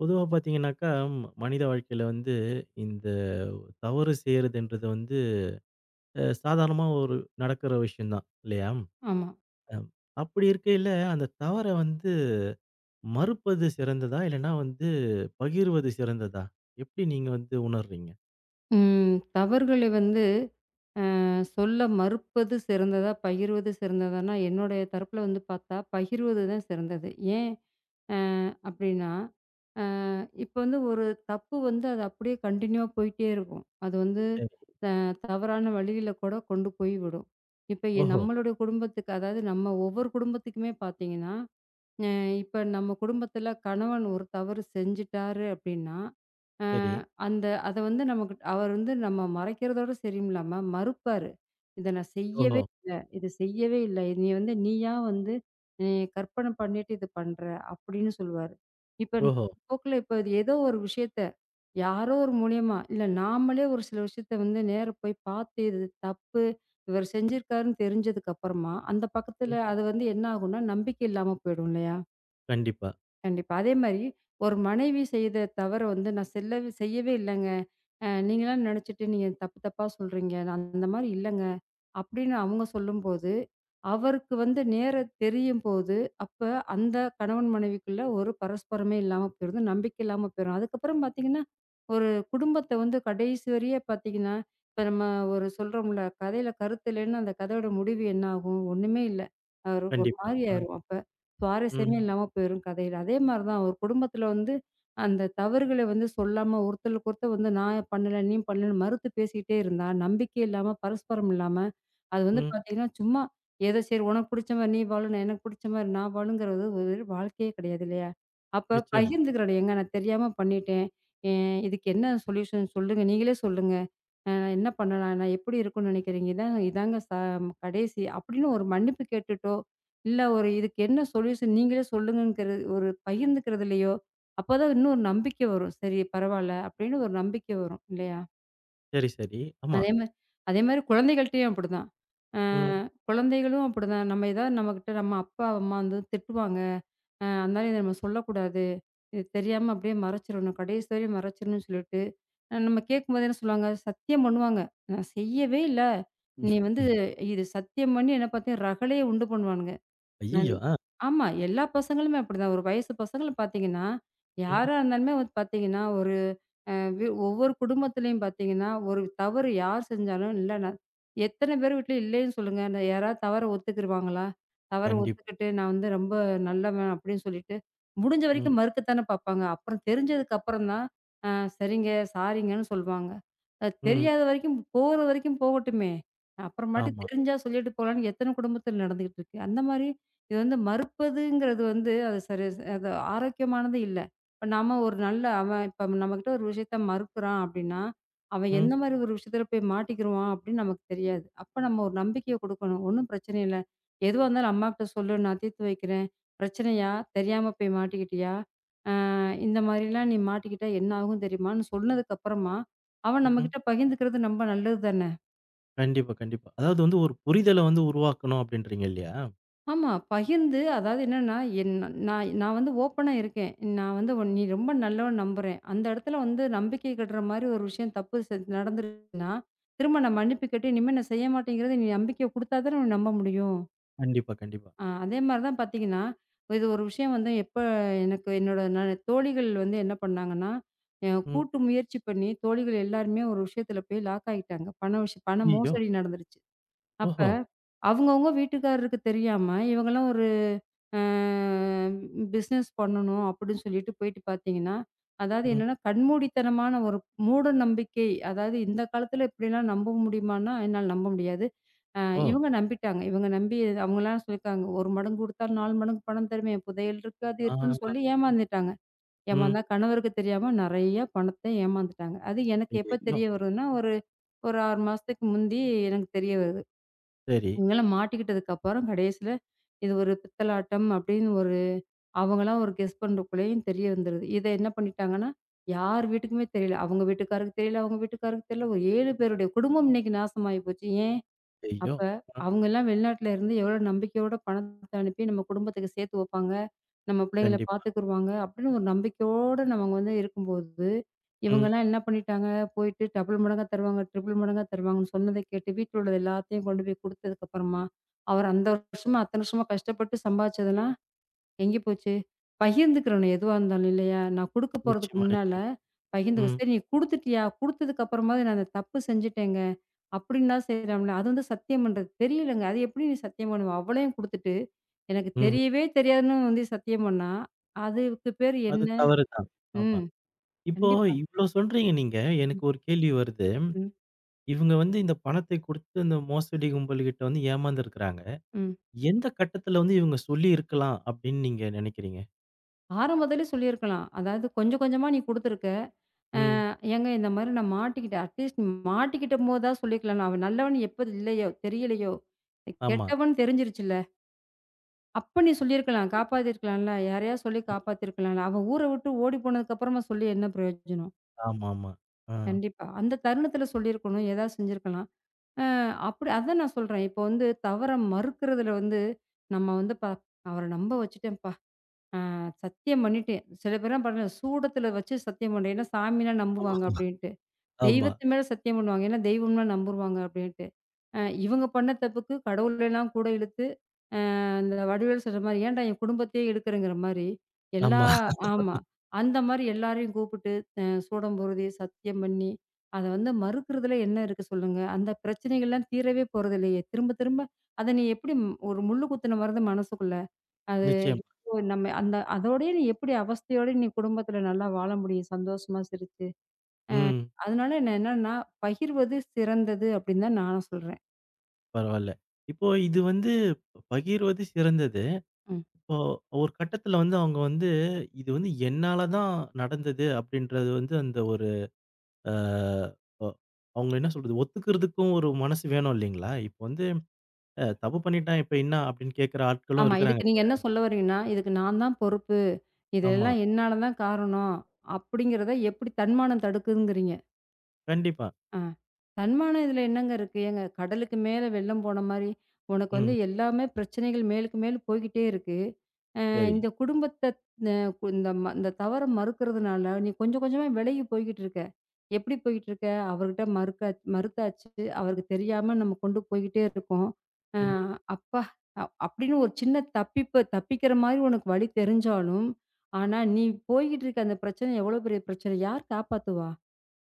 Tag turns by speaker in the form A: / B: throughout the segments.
A: பொதுவா பார்த்தீங்கன்னாக்கா, மனித வாழ்க்கையில வந்து இந்த தவறு செய்றதுன்றது வந்து சாதாரணமா ஒரு நடக்கிற விஷயம் தான் இல்லையா?
B: ஆமா.
A: அம் அப்படி இருக்கையில அந்த தவற வந்து மறுப்பது சிறந்ததா? இல்லன்னா வந்து பகிர்வது சிறந்ததா? எப்படி நீங்க வந்து உணர்றீங்க?
B: ம். தவறுகளை வந்து அ சொல்ல மறுப்பது சிறந்ததா? பகிர்வது சிறந்ததான்னா, என்னுடைய தரப்புல வந்து பார்த்தா, பகிர்வது தான் சிறந்தது. ஏன் அ அப்டின்னா, இப்ப வந்து ஒரு தப்பு வந்து அது அப்படியே கன்டின்யூவா போயிட்டே இருக்கும். அது வந்து
A: சரி.
B: த தவறான வழியில கூட கொண்டு போய் விடும். இப்ப
A: ஓஹோ!
B: நம்மளுடைய குடும்பத்துக்கு அதாவது நம்ம ஒவ்வொரு குடும்பத்துக்குமே பார்த்தீங்கன்னா அ இப்ப நம்ம குடும்பத்துல கணவன் ஒரு தவறு செஞ்சுட்டாரு அப்படின்னா, அ
A: சரி.
B: அந்த அத வந்து நமக்கு அவர் வந்து நம்ம மறைக்கிறதோட சரியில்லாம மறுப்பாரு. "இத நான்
A: ஓஹோ!
B: செய்யவே இல்ல. இது செய்யவே இல்ல. நீ வந்து நீயா வந்து நீ கற்பனை பண்ணிட்டு இது பண்ற" அப்படின்னு சொல்லுவாரு. இப்ப
A: ஓஹோ!
B: போக்குல இப்ப இது ஏதோ ஒரு விஷயத்த யாரோ ஒரு மூலியமா, இல்ல நாமளே ஒரு சில விஷயத்த வந்து நேர போய் பார்த்து இது தப்பு, இவர் செஞ்சிருக்காருன்னு தெரிஞ்சதுக்கு அப்புறமா, அந்த
A: ம்.
B: பக்கத்துல அது வந்து என்ன ஆகும்னா நம்பிக்கை இல்லாம போயிடும் இல்லையா?
A: கண்டிப்பா,
B: கண்டிப்பா. அதே மாரி ஒரு மனைவி செய்த தவற வந்து நான் செய்யவே இல்லங்க. நீங்களா நெனச்சுட்டு நீங்க தப்பு தப்பா சொல்றீங்க. நான் அந்த மாரி இல்லங்க. அப்படின்னு அவங்க சொல்லும்போது, அவருக்கு வந்து நேர தெரியும்போது, அப்ப அந்த கணவன் மனைவிக்குள்ள ஒரு பரஸ்பரமே இல்லாம போயிரும். நம்பிக்கை இல்லாம போயிரும். அதுக்கப்புறம் பார்த்தீங்கன்னா, ஒரு குடும்பத்த வந்து கடைசி வரைய பார்த்தீங்கன்னா, இப்ப நம்ம ஒரு சொல்றோம்ல, கதையில கருத்து இல்லைன்னா அந்த கதையோட முடிவு என்ன ஆகும்? ஒண்ணுமே இல்ல. ஒரு ஒரு
A: கண்டிப்பா.
B: மாரி
A: ஆ.
B: ஆயிரும். சுவாரஸ்யமே
A: ம்.
B: இல்லாம போயிரும் கதையில. அதே மாரி தான் ஒரு குடும்பத்தில வந்து அந்த தவறுகள வந்து சொல்லாம ஒருத்தருக்கு ஒருத்தர் வந்து நான் பண்ணல, நீ பண்ணலன்னு மறுத்து பேசிக்கிட்டே இருந்தா, நம்பிக்கை இல்லாம, பரஸ்பரம் இல்லாம, அது வந்து
A: ம்.
B: பார்த்தீங்கன்னா, சும்மா ஏதோ சரி உனக்கு புடிச்ச மாரி நீ வாழு, நான் எனக்கு புடிச்ச மாரி நான் வாழுங்கிறது ஒரு வாழ்க்கையே கிடையாது இல்லையா? அப்ப
A: நிச்சயமா.
B: பகிர்ந்துக்கிறோம், ஏங்க நான் தெரியாம பண்ணிட்டேன். எ இதுக்கு என்ன சொல்யூஷன் சொல்லுங்க. நீங்களே சொல்லுங்க. அ என்ன பண்ணலாம்? நான் எப்படி இருக்கும்னு நினைக்கிறீங்கன்னா, இதாங்க கடைசி அப்படின்னு ஒரு மன்னிப்பு கேட்டுட்டோ, இல்ல ஒரு இதுக்கு என்ன சொல்யூஷன் நீங்களே சொல்லுங்கங்கிறது ஒரு பகிர்ந்துக்கிறதுலயோ, அப்பதான் இன்னும் ஒரு நம்பிக்கை வரும். சரி பரவால்ல அப்படின்னு ஒரு நம்பிக்கை வரும் இல்லையா?
A: சரி, சரி. ஆமா.
B: அதே மாரி அதே மாரி குழந்தைகள்ட்டயும் அப்படிதான். அ
A: ம்.
B: குழந்தைகளும் அப்படிதான். நம்ம ஏதாவது நம்மகிட்ட நம்ம அப்பா, அம்மா வந்து திட்டுவாங்க. அதனால இத நம்ம சொல்லக்கூடாது. இது தெரியாம அப்படியே மறைச்சிரணும். கடைசி வரையும் மறைச்சிரணும்னு சொல்லிட்டு, நம்ம கேட்கும்போது என்ன சொல்லுவாங்க, சத்தியம் பண்ணுவாங்க. நான் செய்யவே இல்ல. நீ வந்து இது சத்தியம் பண்ணி என்ன பாத்தீங்க ரகளையே உண்டு பண்ணுவானுங்க. நான்
A: ஐய்யயோ! ஆ.
B: ஆமா. எல்லா பசங்களுமே அப்படிதான். ஒரு வயசு பசங்கள பாத்தீங்கன்னா,
A: ம்.
B: யாரா இருந்தாலுமே வந்து பாத்தீங்கன்னா, ஒரு ஒவ்வொரு குடும்பத்திலையும் பார்த்தீங்கன்னா ஒரு தவறு யார் செஞ்சாலும் இல்லைன்னா எத்தனை பேர் வீட்டில் இல்லைன்னு சொல்லுங்க நான் யாராவது தவறை ஒத்துக்கிருவாங்களா தவறை
A: கண்டிப்பா.
B: ஒத்துக்கிட்டு நான் வந்து ரொம்ப நல்லவன் அப்படின்னு சொல்லிட்டு முடிஞ்ச
A: ம்.
B: வரைக்கும் மறுக்கத்தானே பார்ப்பாங்க அப்புறம் தெரிஞ்சதுக்கு அப்புறம் தான் சரிங்க சாரிங்கன்னு சொல்லுவாங்க அது
A: ம்.
B: தெரியாத வரைக்கும் போகிற வரைக்கும் போகட்டுமே அப்புறமாட்டி
A: ஆமா.
B: தெரிஞ்சா சொல்லிட்டு போகலான்னு எத்தனை குடும்பத்தில் நடந்துகிட்டு இருக்கு அந்த மாதிரி இது வந்து மறுப்பதுங்கிறது வந்து அது சரி அது ஆரோக்கியமானது இல்லை இப்ப நாம ஒரு நல்ல அவன் இப்ப நம்மகிட்ட ஒரு விஷயத்த மறுக்கிறான் அப்படின்னா, அவன்
A: ம்.
B: எந்த மாரி ஒரு விஷயத்துல போய் மாட்டிக்கிருவான் அப்படின்னு நமக்கு தெரியாது. அப்ப நம்ம ஒரு நம்பிக்கைய குடுக்கணும். ஒண்ணும் பிரச்சனை இல்ல. எதுவா இருந்தாலும் அம்மாகிட்ட சொல்லு நான் தீர்த்து வைக்கிறேன். பிரச்சனையா? தெரியாம போய் மாட்டிக்கிட்டியா? அ இந்த மாரிலாம் நீ மாட்டிக்கிட்டா என்ன ஆகும் தெரியுமான்னு சொன்னதுக்கு அப்புறமா, அவன்
A: ம்.
B: நம்மகிட்ட பகிர்ந்துக்கிறது ரொம்ப நல்லது தான.
A: கண்டிப்பா, கண்டிப்பா. அதாவது வந்து ஒரு புரிதல வந்து உருவாக்கணும் அப்டின்றீங்க இல்லையா?
B: ஆமா. பகிர்ந்து அதாவது என்னன்னா, நான் நான் வந்து ஓப்பனா இருக்கேன். நான் வந்து நீ ரொம்ப நல்லவன்னு நம்புறேன். அந்த இடத்துல வந்து நம்பிக்கை கெடுற மாரி ஒரு விஷயம் தப்பு நடந்துருச்சுன்னா, திரும்ப நான் மன்னிப்பு கேட்டு, இனிமே நான் செய்ய மாட்டேங்கிறத நீ நம்பிக்கைய குடுத்தா தானே உன்ன நம்ப முடியும்.
A: கண்டிப்பா, கண்டிப்பா.
B: அதே மாரி தான் பார்த்தீங்கன்னா, இது ஒரு விஷயம் வந்து எப்ப எனக்கு என்னோட தோழிகள் வந்து என்ன பண்ணாங்கன்னா,
A: ம்.
B: கூட்டு முயற்சி பண்ணி தோழிகள் எல்லாருமே ஒரு விஷயத்துல போய் லாக் ஆயிட்டாங்க. பண விஷயம் பண
A: ஐய்யய்யோ!
B: மோசடி நடந்துருச்சு. அப்ப
A: ஓஹோ!
B: அவங்கவங்க வீட்டுக்காரருக்கு தெரியாம இவங்கலாம் ஒரு பிஸ்னஸ் பண்ணணும் அப்படின்னு சொல்லிட்டு போயிட்டு பார்த்தீங்கன்னா, அதாவது
A: ம்.
B: என்னன்னா கண்மூடித்தனமான ஒரு மூட நம்பிக்கை. அதாவது இந்த காலத்தில இப்படிலாம் நம்ப முடியுமான்னா, என்னால நம்ப முடியாது. அ
A: ஓ!
B: இவங்க நம்பிட்டாங்க. இவங்க நம்பி அவங்கலாம் சொல்லியிருக்காங்க. 1 மடங்கு கொடுத்தா 4 மடங்கு பணம் தருவேன். புதையல் இருக்கு, அது
A: ஆ.
B: இருக்குன்னு சொல்லி ஏமாந்துட்டாங்க.
A: ம்.
B: ஏமாந்தா கணவருக்கு தெரியாம நெறைய பணத்த ஏமாந்துட்டாங்க. அது எனக்கு எப்ப
A: ஐய்யய்யோ!
B: தெரிய வருதுன்னா, ஒரு ஒரு 6 மாசத்துக்கு முந்தி எனக்கு தெரிய வருது.
A: சரி.
B: இவங்கலாம் மாட்டிக்கிட்டதுக்கு அப்புறம் கடைசியில இது ஒரு பித்தலாட்டம் அப்படின்னு ஒரு அவங்கலாம் ஒரு கெஸ் பண்றதுக்குள்ளேயும் தெரிய வந்துருது. இத என்ன பண்ணிட்டாங்கன்னா, யார் வீட்டுக்குமே தெரியல. அவங்க வீட்டுக்காருக்கு தெரியல, அவங்க வீட்டுக்காருக்கு தெரியல. ஒரு 7 பேருடைய குடும்பம் இன்னைக்கு நாசமாயி போச்சு. ஏன்?
A: ஐய்யோ!
B: அப்ப
A: ஆ.
B: அவங்கலாம் வெளிநாட்டுல இருந்து எவ்வளோ நம்பிக்கையோட பணத்த அனுப்பி நம்ம குடும்பத்துக்கு சேர்த்து வைப்பாங்க. நம்ம பிள்ளைங்கள
A: கண்டிப்பா.
B: பார்த்துக்குருவாங்க அப்படின்னு ஒரு நம்பிக்கையோட நம்ம வந்து இருக்கும்போது,
A: ம்.
B: இவங்கலாம் என்ன பண்ணிட்டாங்க, போயிட்டு டபுள் மடங்கா தருவாங்க, ட்ரிபிள் மடங்கா தருவாங்கன்னு சொன்னத கேட்டு வீட்ல உள்ளது எல்லாத்தையும் கொண்டு போய் குடுத்ததுக்கப்புறமா, அவர் அந்த வருஷமா அத்தன வருஷமா கஷ்டப்பட்டு சம்பாதிச்சதெல்லாம் எங்கே போச்சு? பகிர்ந்துக்கிறணும் எதுவா இருந்தாலும் இல்லையா? நான் குடுக்க போறதுக்கு
A: நிச்சயமா,
B: முன்னால
A: நிச்சயமா.
B: பகிர்ந்துக்க.
A: ம்.
B: "சரி நீ குடுத்துட்டியா? குடுத்ததுக்கு அப்புறமாவது நான் அந்த தப்பு செஞ்சுட்டேங்க" அப்படின்னா செய்யலாம்ல. அது வந்து சத்தியம் பண்றது தெரியலங்க. அது எப்படி நீ சத்தியம் பண்ணுவ? அவளையும் குடுத்துட்டு, எனக்கு
A: ம்.
B: தெரியவே தெரியாதுன்னு வந்து சத்தியம் பண்ணா, அதுக்கு பேர்
A: அது
B: என்ன?
A: தவறு தான். ஆமா.
B: ம்.
A: இப்போ
B: கண்டிப்பா.
A: இவ்ளோ சொல்றீங்க நீங்க. எனக்கு ஒரு கேள்வி வருது.
B: ம்.
A: இவங்க வந்து இந்த பணத்தை குடுத்து இந்த மோசடி கும்பல் கிட்ட வந்து ஏமாந்துருக்கிறாங்க.
B: ம்.
A: எந்த கட்டத்துல வந்து இவங்க சொல்லியிருக்கலாம் அப்டின்னு நீங்க நெனைக்கிறீங்க?
B: ஆரம்பத்திலே சொல்லியிருக்கலாம். அதாவது கொஞ்சம் கொஞ்சமா நீ குடுத்துருக்க.
A: ம்.
B: "ஏங்க இந்த மாரி நான் மாட்டிக்கிட்டேன்." அட்லீஸ்ட் மாட்டிக்கிட்டம்போது தான் சொல்லியிருக்கலாம்ல. அவன் நல்லவன் எப்ப இல்லையோ, தெரியலையோ,
A: ஆமா.
B: கெட்டவன் தெரிஞ்சிருச்சுல்ல. அப்ப நீ சொல்லியிருக்கலாம்.
A: எப்
B: காப்பாத்திருக்கலாம்ல. யாரையா சொல்லி காப்பாத்திருக்கலாம்ல. அவ ஊர விட்டு ஓடி போனதுக்கு அப்புறமா சொல்லி என்ன பிரயோஜனம்?
A: ஆமாமா. ஆ.
B: கண்டிப்பா. அந்த தருணத்துல சொல்லியிருக்கணும். ஏதாவது செஞ்சிருக்கலாம். அ அப்படி அதான் நான் சொல்றேன். இப்போ வந்து தவற மறுக்கிறதுல வந்து நம்ம வந்து அவர நம்ப வச்சுட்டேன்ப்பா. அ சத்தியம் பண்ணிட்டேன். சில பேர்லாம் பாருங்க சூடத்துல வச்சு சத்தியம் பண்றேன். ஏன்னா சாமினா நம்புவாங்க
A: ஆமாமா.
B: அப்படின்ட்டு.
A: ஆமா,
B: தெய்வத்து மேல சத்தியம் பண்ணுவாங்க. ஏன்னா தெய்வம்னா நம்புருவாங்க அப்டின்ட்டு. அ இவங்க பண்ண தப்புக்கு கடவுளெல்லாம் கூட இழுத்து, அ இந்த வடிவேலு சொல்ற மாரி, "ஏன்டா என் குடும்பத்தையே எடுக்குறேங்கிற" மாரி எல்லா
A: ஆமா.
B: ஆமா. அந்த மாரி எல்லாரையும் கூப்பிட்டு சூடம்பூர்தி, சத்தியம் பண்ணி, அத வந்து மறுக்கிறதுல என்ன இருக்கு சொல்லுங்க? அந்த பிரச்சனைகள்லாம் தீரவே போறதில்லையே! திரும்ப திரும்ப அத நீ எப்படி ஒரு முள்ளு குத்துன மாரி தான் மனசுக்குள்ள. அது ஐயோ!
A: நிச்சயமா.
B: நம்ம அந்த அதோடயே நீ எப்படி அவஸ்தையோட நீ குடும்பத்தில நல்லா வாழ முடியும்? சந்தோஷமா சிரிச்சு.
A: ம்.
B: அதனால நான் என்னன்னா, பகிர்வது சிறந்தது அப்படின்னு தான் நானும் சொல்றேன்.
A: பரவால்ல. இப்போ இது வந்து பகிர்வது சிறந்தது.
B: ம்.
A: இப்போ ஒரு கட்டத்துல வந்து அவங்க வந்து, "இது வந்து என்னால தான் நடந்தது" அப்படின்றது வந்து அந்த ஒரு அ ஒ அவங்கள என்ன சொல்றது? ஒத்துக்கிறதுக்கும் ஒரு மனசு வேணும் இல்லைங்களா? இப்போ வந்து தப்பு பண்ணிட்டான் இப்ப என்ன அப்படின்னு கேட்கிற ஆட்களும்
B: ஆமா.
A: இருக்கிறாங்க
B: இதுக்கு நீங்க
A: இல்லையா?
B: என்ன சொல்ல வரீங்கன்னா, இதுக்கு நான் தான் பொறுப்பு.
A: ஆமா.
B: இதெல்லாம் என்னால தான் காரணம். அப்படிங்கிறத எப்படி தன்மானம் தடுக்குதுங்கிறீங்க?
A: கண்டிப்பா.
B: ஆ. தன்மானம் இதில என்னங்க இருக்கு? ஏங்க கடலுக்கு மேல வெள்ளம் போன மாரி, உனக்கு வந்து
A: ம்.
B: எல்லாமே பிரச்சனைகள் மேலுக்கு மேல் போய்க்கிட்டே இருக்கு. அ
A: சரி.
B: இந்த குடும்பத்த அ இந்த இந்த தவற மறுக்கிறதுனால, நீ கொஞ்சம் கொஞ்சமா விலகி போய்க்கிட்டு இருக்க. எப்படி போய்க்கிட்டு இருக்க? அவர்கிட்ட மறுத்தாச்சு. அவருக்கு தெரியாம நம்ம கொண்டு போய்க்கிட்டே இருக்கோம். அ
A: ம்.
B: அப்பா! அப்படின்னு ஒரு சின்ன தப்பிக்கிற மாரி உனக்கு வழி தெரிஞ்சாலும், ஆனா நீ போய்க்கிட்டு இருக்க அந்த பிரச்சனை எவ்வளோ பெரிய பிரச்சனை? யார் காப்பாத்துவா?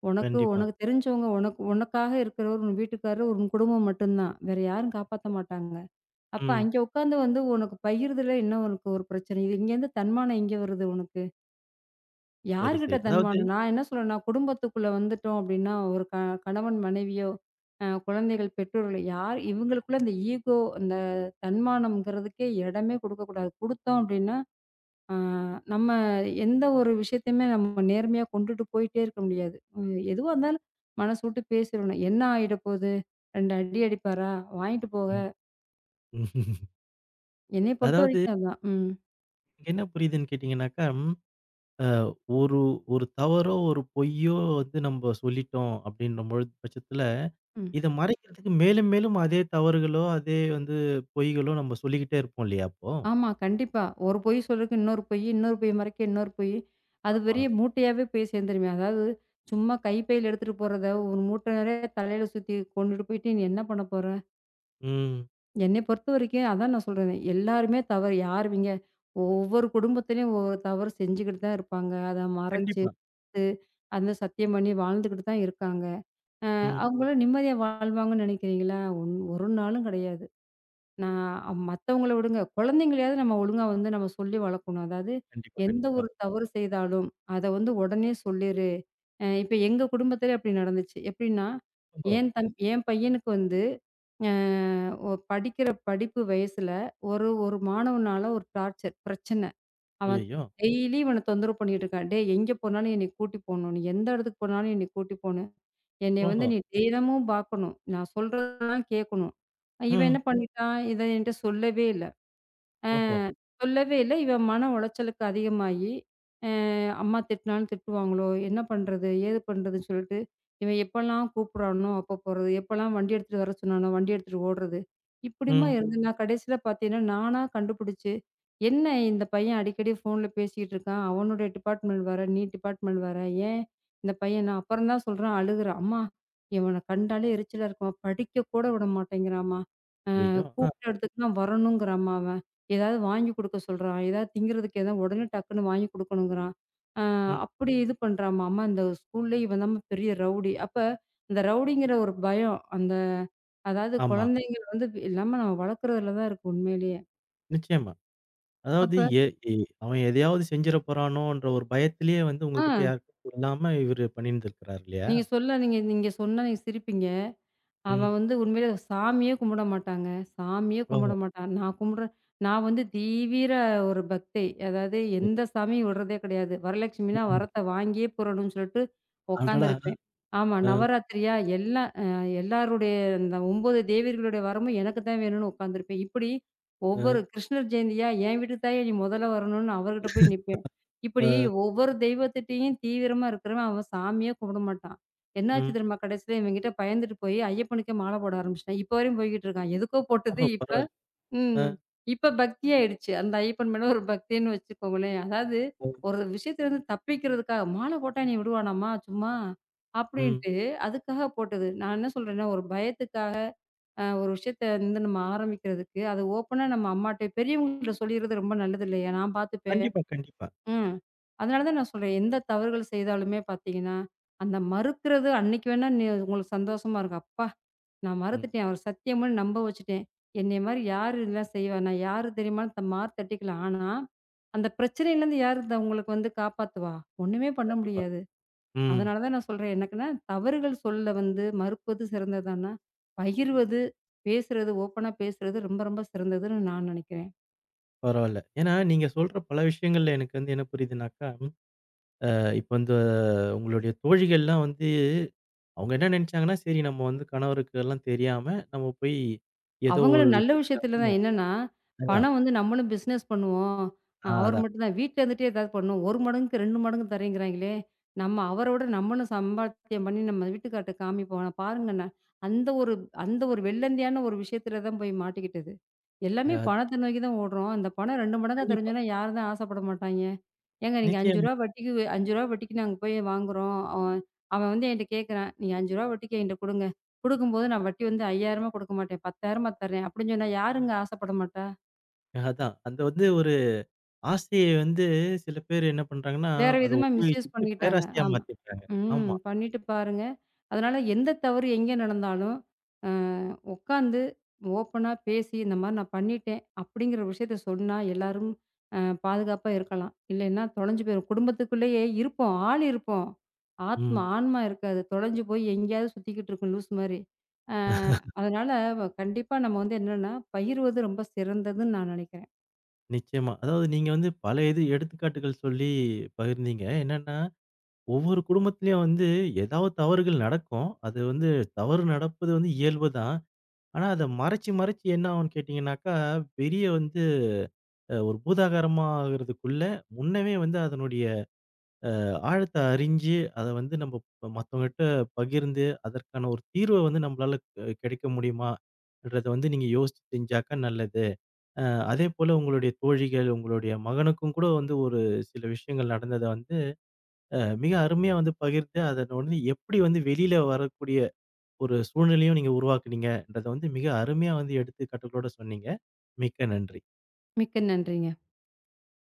B: உனக்கு
A: கண்டிப்பா.
B: உனக்கு தெரிஞ்சவங்க, உனக்காக இருக்கிறவர், உன் வீட்டுக்காரரு, உன் குடும்பம் மட்டும்தான். வேற யாரும் காப்பாத்த மாட்டாங்க. அப்ப
A: ம்.
B: அங்க உட்காந்து வந்து உனக்கு பகிர்றதுல என்ன உனக்கு ஒரு பிரச்சனை? இது இங்கேருந்து தன்மானம் எங்க வருது உனக்கு?
A: சரி,
B: யார்கிட்ட
A: சரி. அதாவது
B: தன்மானம்? நான் என்ன சொல்றேன்னா, குடும்பத்துக்குள்ள வந்துட்டோம் அப்படின்னா, ஒரு கணவன் மனைவியோ, குழந்தைகள், பெற்றோர்கள் யார் இவங்களுக்குள்ள இந்த ஈகோ, இந்த தன்மானம்ங்கிறதுக்கே இடமே குடுக்கக்கூடாது. குடுத்தோம் அப்படின்னா ஆ நம்ம எந்த ஒரு விஷயத்தையுமே நம்ம நேர்மையா கொண்டுட்டு போயிட்டே இருக்க முடியாது. எதுவா இருந்தாலும் மனசு விட்டு பேசிறணும். என்ன ஆயிட போகுது? 2 அடி அடிப்பாரா? வாங்கிட்டு போக.
A: ம். ம்.
B: என்னைய பொறுத்த
A: அதாவது
B: வரைக்கும் அதான். ம்,
A: இங்க என்ன புரியுதுன்னு கேட்டீங்கன்னாக்கா அ ஒரு ஒரு தவறோ, ஒரு பொய்யோ வந்து நம்ம சொல்லிட்டோம் அப்படின்ற பொழுது பட்சத்துல,
B: ம்.
A: இத மறைக்கிறதுக்கு மேலும் மேலும் அதே தவறுகளோ, அதே வந்து பொய்களோ நம்ம சொல்லிக்கிட்டே இருப்போம் இல்லையா அப்போ?
B: ஆமா, கண்டிப்பா. ஒரு பொய் சொல்றதுக்கு இன்னொரு பொய், இன்னொரு பொய் மறைக்க இன்னொரு பொய். அது பெரிய
A: ஆமா.
B: மூட்டையாவே போய் சேர்ந்துருமே. அதாவது சும்மா கைப்பையில எடுத்துட்டு போறத ஒரு மூட்டை நிறைய தலையில சுத்தி கொண்டுட்டு போயிட்டு நீ என்ன பண்ண போற?
A: ம்.
B: என்னைய பொறுத்தவரைக்கும் அதான் நான் சொல்றேனே, எல்லாருமே தவறு. யாருவிங்க? ஒவ்வொரு குடும்பத்திலயும் ஒவ்வொரு தவறு செஞ்சுக்கிட்டு தான் இருப்பாங்க. அத மறைச்சிட்டு,
A: கண்டிப்பா.
B: அந்த சத்தியம் பண்ணி வாழ்ந்துகிட்டு தான் இருக்காங்க. அ
A: ம்.
B: அவங்களும் நிம்மதியா வாழ்வாங்கன்னு நினைக்கிறீங்களா? ஒரு நாளும் கிடையாது. நான் மத்தவங்கள விடுங்க. குழந்தைங்களையாவது நம்ம ஒழுங்கா வந்து நம்ம சொல்லி வளர்க்கணும். அதாவது
A: கண்டிப்பா,
B: எந்த
A: கண்டிப்பா.
B: ஒரு தவறு செய்தாலும், அத வந்து உடனே சொல்லிரு. இப்ப எங்க குடும்பத்திலே அப்படி நடந்துச்சு. எப்படின்னா,
A: ஓஹோ!
B: என் பையனுக்கு வந்து அ படிக்கிற படிப்பு வயசுல ஒரு ஒரு மாணவனால ஒரு டார்ச்சர் பிரச்சனை. அவன்
A: ஐயய்யோ!
B: டெய்லி இவன தொந்தரவு பண்ணிட்டு இருக்கான். "டேய் எங்க போனாலும் என்னைய கூட்டி போணும். நீ எந்த இடத்துக்கு போனாலும் என்னைய கூட்டி போணும்." என்னைய வந்து
A: ஓஹோ!
B: நீ தினமும் பார்க்கணும். நான் சொல்றதெல்லாம் கேட்கணும். இவன்
A: ம்.
B: என்ன பண்ணிட்டான்? இத என்ட்ட சொல்லவே இல்ல. ஆ
A: ஓஹோ!
B: சொல்லவே இல்ல. இவ மன உளைச்சலுக்கு அதிகமாயி, அ அம்மா திட்டினாலும் திட்டுவாங்களோ, என்ன பண்றது? ஏது பண்றதுன்னு சொல்லிட்டு, இவன் எப்பலாம் கூப்பிடுறானோ அப்போ போறது, எப்பலாம் வண்டி எடுத்துட்டு வர சொன்னானோ வண்டி எடுத்துட்டு ஓடுறது. இப்படிமா
A: ம்.
B: இருந்து நான் கடைசியில பார்த்தீங்கன்னா, நானா கண்டுபிடிச்சு, என்ன இந்த பையன் அடிக்கடி ஃபோன்ல பேசிக்கிட்டு இருக்கான். அவனுடைய டிபார்ட்மெண்ட் வேற, நீ டிபார்ட்மெண்ட் வேற. ஏன் இந்த பையன் நான் அப்புறம் தான் சொல்றான் அழுகுறான். அம்மா இவன கண்டாலே எரிச்சலா இருக்கும்மா. படிக்க கூட விட மாட்டேங்கிறாம்மா.
A: ஐயய்யோ! ஆ.
B: கூப்பிட்ட இடத்துக்குலாம் வரணுங்கிறான்மா அவன். ஏதாவது வாங்கி குடுக்க சொல்றான். ஏதாவது திங்கிறதுக்கு ஏதாவது உடனே டக்குன்னு வாங்கி குடுக்கணுங்கிறான். அ
A: ம்.
B: அப்படி இது பண்றான்மா. அம்மா இந்த ஸ்கூல்லயே இவன் தான்மா பெரிய ரவுடி. அப்ப இந்த ரவுடிங்கிற ஒரு பயம். அந்த அதாவது
A: ஆமா.
B: குழந்தைங்க வந்து இல்லாம நம்ம வளர்க்குறதுல தான் இருக்கு உண்மையிலேயே.
A: நிச்சயமா. அதாவது
B: அப்ப
A: எ எ அவன் எதையாவது செஞ்சிட போறானோன்ற ஒரு பயத்திலேயே வந்து
B: ஆ
A: உங்ககிட்ட யார்கிட்டயும் சொல்லாம இவரு பண்ணியிருந்திருக்கிறாரு இல்லையா?
B: நீங்க நீங்க நீங்க சொன்னா நீங்க சிரிப்பீங்க.
A: ம்.
B: அவ வந்து உண்மையிலே சாமியே கும்பிட மாட்டாங்க. சாமியே
A: ஓஹோ!
B: கும்பிட மாட்டா. நான் கும்பிடுறேன் நான் வந்து தீவிர ஒரு பக்தை. அதாவது
A: சரி.
B: எந்த சாமியும் விடுறதே கிடையாது. வரலட்சுமினா
A: ம்.
B: வரத்த வாங்கியே புரணும்னு சொல்லிட்டு
A: அடடா!
B: உட்காந்துருப்பேன். ஆமா.
A: அ.
B: நவராத்திரியா எல்லா எல்லாருடைய அந்த 9 தேவியர்களுடைய வரமும் எனக்கு தான் வேணும்னு உட்காந்துருப்பேன். இப்படி
A: அ,
B: ஒவ்வொரு கிருஷ்ணர் ஜெயந்தியா என் வீட்டுக்கு தான்யா நீ முதல்ல வரணும்னு அவர்கிட்ட போய் நிப்பேன்.
A: அ,
B: இப்படி ஒவ்வொரு தெய்வத்திட்டயும் தீவிரமா இருக்கிறவன், அவன் சாமியே கும்பிட மாட்டான். என்னாச்சு
A: ம்.
B: தெரியுமா? கடைசில இவன்கிட்ட பயந்துட்டு போயி, ஐயப்பனுக்கே மாலை போட ஆரம்பிச்சுட்டேன். இப்ப வரையும் போய்க்கிட்டு இருக்கான். எதுக்கோ போட்டது
A: ஓஹோ!
B: இப்ப
A: பரவாயில்ல. அ,
B: ம். இப்ப பக்தி ஆயிடுச்சு. அந்த ஐயப்பன் மேல ஒரு பக்தின்னு வச்சுக்கோங்களேன். அதாவது
A: அ,
B: ஒரு விஷயத்துலருந்து தப்பிக்கிறதுக்காக, மாலை போட்டா என்னைய விடுவானாம்மா சும்மா?
A: ம்.
B: அப்படின்ட்டு அதுக்காக போட்டது. நான் என்ன சொல்றேன்னா, ஒரு பயத்துக்காக ஒரு விஷயத்த வந்து நம்ம ஆரம்பிக்கிறதுக்கு, அது ஓப்பனா நம்ம அம்மாட்ட பெரியவங்கள்ட்ட சொல்லிறது ரொம்ப நல்லது இல்லையா? நான் பார்த்துப்பேன்.
A: கண்டிப்பா, கண்டிப்பா.
B: ம். அதனால தான் நான் சொல்றேன். எந்த தவறுகள் செய்தாலுமே பார்த்தீங்கன்னா, அந்த மறுக்கிறது அன்னைக்கு வேணா நீ உங்களுக்கு சந்தோஷமா இருக்கும். அப்பா! நான்
A: ம்.
B: மறுத்துட்டேன். அவர சத்தியம் பண்ணி நம்ப வச்சுட்டேன். என்னைய மாரி யாரு இதெல்லாம் செய்வா? நான் யாரு தெரியுமான்னு மார் தட்டிக்கலாம். ஆனா, அந்த பிரச்சனையிலேருந்து யாரு உங்களுக்கு வந்து காப்பாத்துவா? ஒண்ணுமே பண்ண
A: கண்டிப்பா.
B: முடியாது.
A: ம்.
B: அதனால தான் நான் சொல்றேன். எனக்குன்னா தவறுகள் சொல்ல வந்து மறுப்பது சிறந்ததான்னா, பகிர்வது, பேசுறது, ஓப்பனா பேசுறது ரொம்ப ரொம்ப சிறந்ததுன்னு நான் நினைக்கிறேன்.
A: பரவால்ல. ஏன்னா நீங்க சொல்ற பல விஷயங்கள்ல எனக்கு வந்து என்ன புரியுதுனாக்கா, இப்ப வந்து உங்களுடைய தோழிகள்லாம் வந்து அவங்க என்ன நெனச்சாங்கன்னா, சரி நம்ம வந்து கணவருக்கு எல்லாம் தெரியாம நம்ம போய் ஏதோ ஒரு
B: அவங்களும் நல்ல
A: விஷயத்துல
B: விஷயத்துல
A: வந்து
B: தான். என்னன்னா,
A: அதான்,
B: பணம் வந்து நம்மளும் பிசினஸ் பண்ணுவோம்.
A: ஆ
B: அவர்
A: அதான்,
B: மட்டும் தான் வீட்ல இருந்துட்டே ஏதாவது பண்ணுவோம். 1 மடங்குக்கு 2 மடங்கு தரேங்கிறாங்களே! நம்ம அவர விட நம்மளும் சம்பாத்தியம் பண்ணி நம்ம வீட்டுக்கார்ட்ட காமிப்போம். பாருங்க. நான் பாருங்கண்ணா, அந்த ஒரு அந்த ஒரு வெள்ளந்தியான ஒரு விஷயத்துல தான் போய் மாட்டிக்கிட்டது. எல்லாமே
A: அதான்.
B: பணத்த நோக்கி தான் ஓடுறோம். அந்த பணம் 2 மடங்கா
A: கண்டிப்பா.
B: தரஞ்சோன்னா யாரும் தான் ஆசைப்பட மாட்டாய்ங்க. ஏங்க நீங்க ரூ. 5
A: நிச்சயமா.
B: வட்டிக்கு ரூ. 5 வட்டிக்கு நாங்க போய் வாங்குறோம். அவன் அவன் வந்து என்ட்ட கேட்குறான். நீங்க ரூ. 5 வட்டிக்கு என்ட்ட குடுங்க. குடுக்கும்போது நான் வட்டி வந்து ரூ. 5000 கொடுக்க மாட்டேன். ரூ. 10,000 தர்றேன். அப்படின்னு சொன்னா யாருங்க ஆசைப்பட மாட்டா?
A: அதான். அந்த வந்து ஒரு ஆசைய வந்து சில பேர் என்ன பண்றாங்கன்னா,
B: வேற
A: அத
B: விதமா மிஸ்யூஸ்
A: உபயோகிச்சுட்டு
B: பண்ணிக்கிட்டாங்க.
A: பேராசையா
B: ஆமா.
A: மாத்திடுறாங்க.
B: ம்.
A: ஆமா.
B: பண்ணிட்டு பாருங்க. அதனால எந்த தவறு எங்கே நடந்தாலும், அ உட்காந்து ஓப்பனா பேசி, "இந்த மாரி நான் பண்ணிட்டேன்." அப்படிங்கிற விஷயத்த சொன்னா எல்லாரும் அ பாதுகாப்பா இருக்கலாம். இல்லைன்னா தொலைஞ்சு போயிரும். குடும்பத்துக்குள்ளேயே இருப்போம். ஆள் இருப்போம். ஆத்மா,
A: ம்.
B: ஆன்மா இருக்காது. தொலைஞ்சு போய் எங்கேயாவது சுத்திக்கிட்டு இருக்கும் லூசு மாரி. அ அதனால கண்டிப்பா நம்ம வந்து என்னன்னா, பகிர்வது ரொம்ப சிறந்ததுன்னு நான் நினைக்கிறேன்.
A: நிச்சயமா. அதாவது நீங்க வந்து பல இது எடுத்துக்காட்டுகள் சொல்லி பகிர்ந்தீங்க. என்னன்னா, ஒவ்வொரு குடும்பத்திலயும் வந்து ஏதாவது தவறுகள் நடக்கும். அது வந்து தவறு நடப்பது வந்து இயல்பு தான். ஆனா, அத மறைச்சு, மறைச்சு என்ன ஆகும்னு கேட்டீங்கன்னாக்கா, பெரிய வந்து ஒரு பூதாகாரமா ஆகுறதுக்குள்ள முன்னமே வந்து அதனுடைய ஆழத்த அறிஞ்சு, அத வந்து நம்ம மத்தவங்ககிட்ட பகிர்ந்து, அதற்கான ஒரு தீர்வ வந்து நம்மளால கிடைக்க முடியுமான்றத வந்து நீங்க யோசிச்சு செஞ்சாக்கா நல்லது. அ அதேபோல உங்களுடைய தோழிகள், உங்களுடைய மகனுக்கும் கூட வந்து ஒரு சில விஷயங்கள் நடந்தத வந்து, மிக அருமையா வந்து பகிர்ந்து, அதனோடனே எப்படி வந்து வெளியில வரக்கூடிய ஒரு சூழ்நிலையும் நீங்க உருவாக்குனீங்கன்றத வந்து மிக அருமையா வந்து எடுத்துக்காட்டுகளோட சொன்னீங்க. மிக்க நன்றி.
B: மிக்க நன்றிங்க.